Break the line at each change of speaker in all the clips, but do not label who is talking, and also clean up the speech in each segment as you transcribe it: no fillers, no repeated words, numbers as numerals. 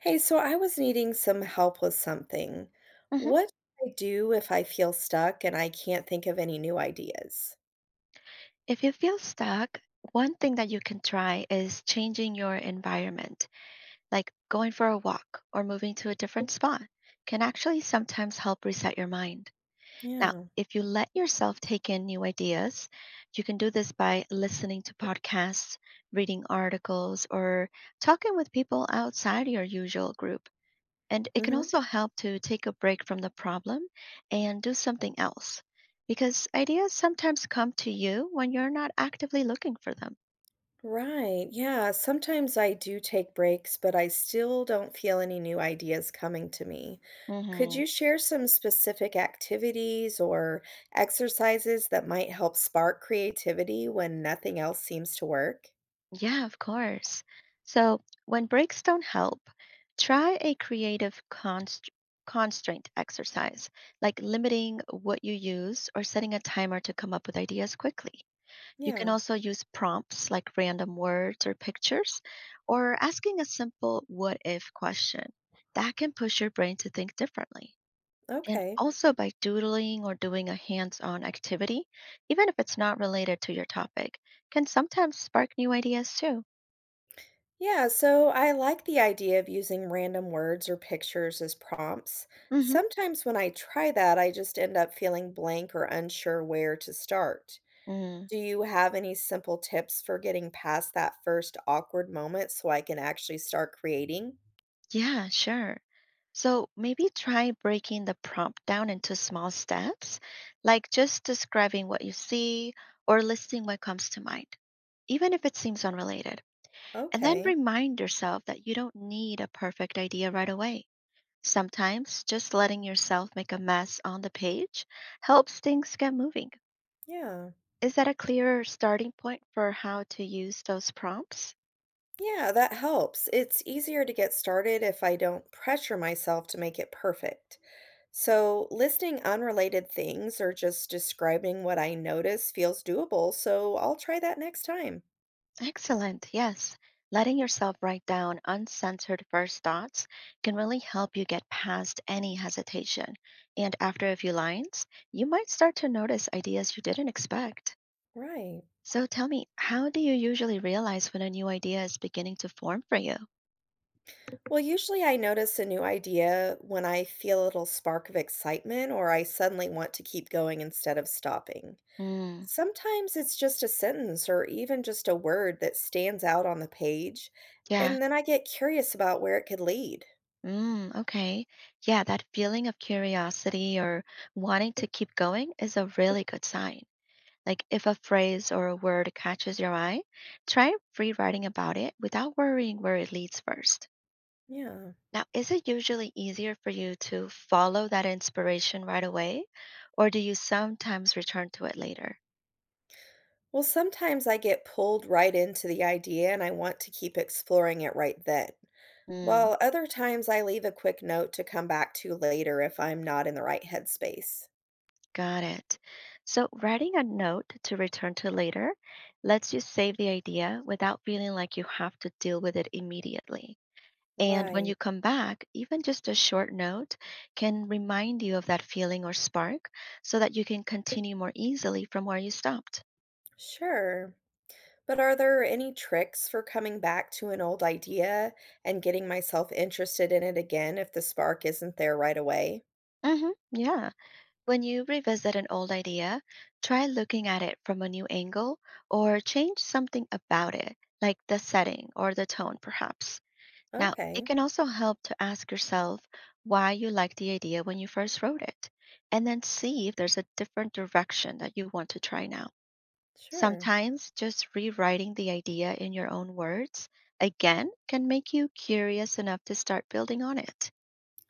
Hey, so I was needing some help with something.
Mhm.
What do I do if I feel stuck and I can't think of any new ideas?
If you feel stuck, one thing that you can try is changing your environment, like going for a walk or moving to a different spot, can actually sometimes help reset your mind. Now,
Yeah.
if you let yourself take in new ideas, you can do this by listening to podcasts, reading articles, or talking with people outside your usual group. And it can
Hmm.
also help to take a break from the problem and do something else because ideas sometimes come to you when you're not actively looking for them.
Right. Yeah. Sometimes I do take breaks, but I still don't feel any new ideas coming to me. Could
Hmm.
you share some specific activities or exercises that might help spark creativity when nothing else seems to work?
Yeah, of course. So when breaks don't help, try a creative constraint exercise, like limiting what you use or setting a timer to come up with ideas quickly. You can
Yeah.
also use prompts like random words or pictures, or asking a simple what if question. That can push your brain to think differently. And
Okay.
also by doodling or doing a hands on activity, even if it's not related to your topic, can sometimes spark new ideas too.
Yeah, so I like the idea of using random words or pictures as prompts. Sometimes when I try that, I just end up feeling blank or unsure where to start.
Hmm.
Do you have any simple tips for getting past that first awkward moment so I can actually start creating?
Yeah, sure. So maybe try breaking the prompt down into small steps, like just describing what you see or listing what comes to mind, even if it seems unrelated. And then
Okay,
remind yourself that you don't need a perfect idea right away. Sometimes just letting yourself make a mess on the page helps things get moving.
yeah.
Is that a clearer starting point for how to use those prompts?
Yeah, that helps. It's easier to get started if I don't pressure myself to make it perfect. So, listing unrelated things or just describing what I notice feels doable, so I'll try that next time.
Excellent. Yes. Letting yourself write down uncensored first thoughts can really help you get past any hesitation. And after a few lines, you might start to notice ideas you didn't expect.
Right.
So tell me, how do you usually realize when a new idea is beginning to form for you?
Well, usually I notice a new idea when I feel a little spark of excitement or I suddenly want to keep going instead of stopping.
Mm,
Sometimes it's just a sentence or even just a word that stands out on the page,
yeah.
and then I get curious about where it could lead.
Mm, okay. Yeah, that feeling of curiosity or wanting to keep going is a really good sign. Like if a phrase or a word catches your eye, try rewriting about it without worrying where it leads first.
Yeah.
Now, is it usually easier for you to follow that inspiration right away, or do you sometimes return to it later?
Well, sometimes I get pulled right into the idea and I want to keep exploring it right then.
Mm,
Well, other times I leave a quick note to come back to later if I'm not in the right headspace.
got it. So, writing a note to return to later lets you save the idea without feeling like you have to deal with it immediately. And when
Right.
you come back, even just a short note can remind you of that feeling or spark so that you can continue more easily from where you stopped.
Sure. But are there any tricks for coming back to an old idea and getting myself interested in it again if the spark isn't there right away?
Hmm, yeah. When you revisit an old idea, try looking at it from a new angle or change something about it, like the setting or the tone, perhaps. Now, it
Okay,
can also help to ask yourself why you liked the idea when you first wrote it, and then see if there's a different direction that you want to try now.
sure.
Sometimes just rewriting the idea in your own words again can make you curious enough to start building on it.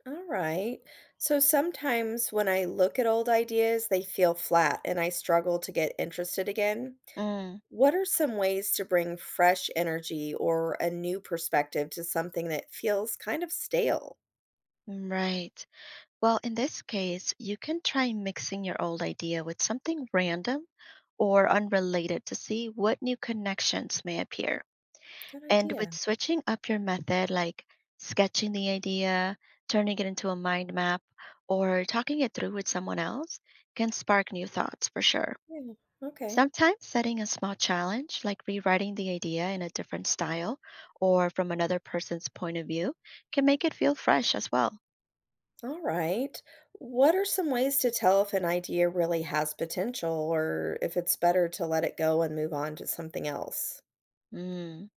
All right. So sometimes when I look at old ideas, they feel flat and I struggle to get interested again.
Mm,
What are some ways to bring fresh energy or a new perspective to something that feels kind of stale?
right. Well, in this case, you can try mixing your old idea with something random or unrelated to see what new connections may appear.
Good
And with
idea.
switching up your method, like sketching the idea, turning it into a mind map, or talking it through with someone else, can spark new thoughts for sure.
Yeah. Okay.
Sometimes setting a small challenge, like rewriting the idea in a different style or from another person's point of view, can make it feel fresh as well.
All right. What are some ways to tell if an idea really has potential or if it's better to let it go and move on to something else?
Mm.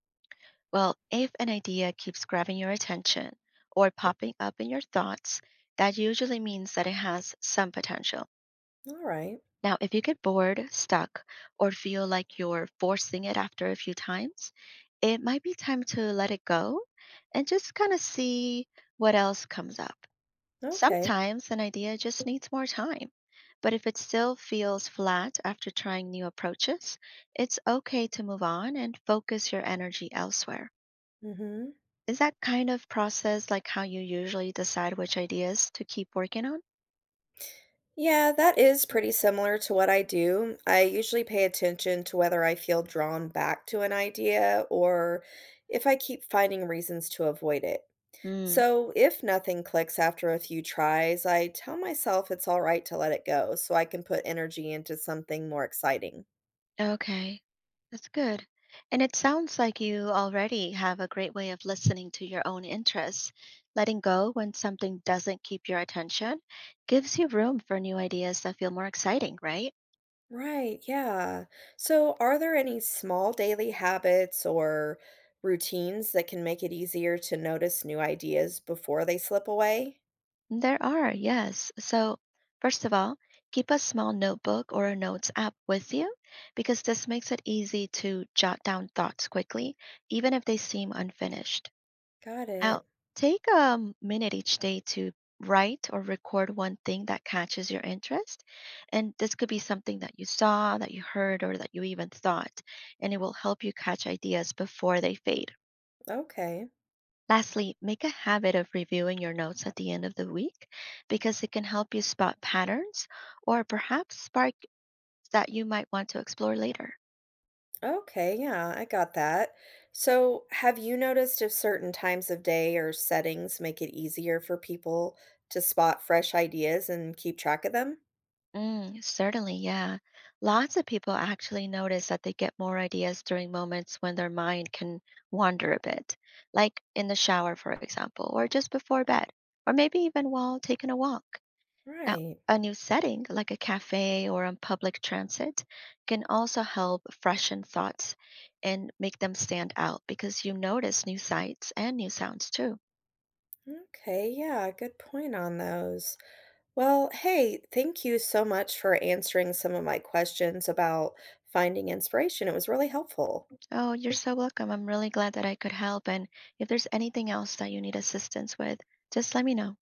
Well, if an idea keeps grabbing your attention or popping up in your thoughts, that usually means that it has some potential.
All right.
Now, if you get bored, stuck, or feel like you're forcing it after a few times, it might be time to let it go and just kind of see what else comes up.
Okay.
Sometimes an idea just needs more time, but if it still feels flat after trying new approaches, it's okay to move on and focus your energy elsewhere.
Hmm.
Is that kind of process like how you usually decide which ideas to keep working on?
Yeah, that is pretty similar to what I do. I usually pay attention to whether I feel drawn back to an idea or if I keep finding reasons to avoid it.
Mm,
So, if nothing clicks after a few tries, I tell myself it's all right to let it go so I can put energy into something more exciting.
okay, that's good. And it sounds like you already have a great way of listening to your own interests. Letting go when something doesn't keep your attention gives you room for new ideas that feel more exciting, right?
Right, yeah. So, are there any small daily habits or routines that can make it easier to notice new ideas before they slip away?
There are, yes. So, first of all, keep a small notebook or a notes app with you because this makes it easy to jot down thoughts quickly, even if they seem unfinished.
Got
Now,
it.
take a minute each day to write or record one thing that catches your interest. And this could be something that you saw, that you heard, or that you even thought. And it will help you catch ideas before they fade.
Okay.
Lastly, make a habit of reviewing your notes at the end of the week because it can help you spot patterns or perhaps spark that you might want to explore later.
Okay, yeah, I got that. So, have you noticed if certain times of day or settings make it easier for people to spot fresh ideas and keep track of them?
Mm, certainly, yeah. Lots of people actually notice that they get more ideas during moments when their mind can wander a bit, like in the shower, for example, or just before bed, or maybe even while taking a walk. Now,
Right.
a new setting like a cafe or on public transit can also help freshen thoughts and make them stand out because you notice new sights and new sounds too.
Okay, yeah, good point on those. Well, hey, thank you so much for answering some of my questions about finding inspiration. It was really helpful.
Oh, you're so welcome. I'm really glad that I could help. And if there's anything else that you need assistance with, just let me know.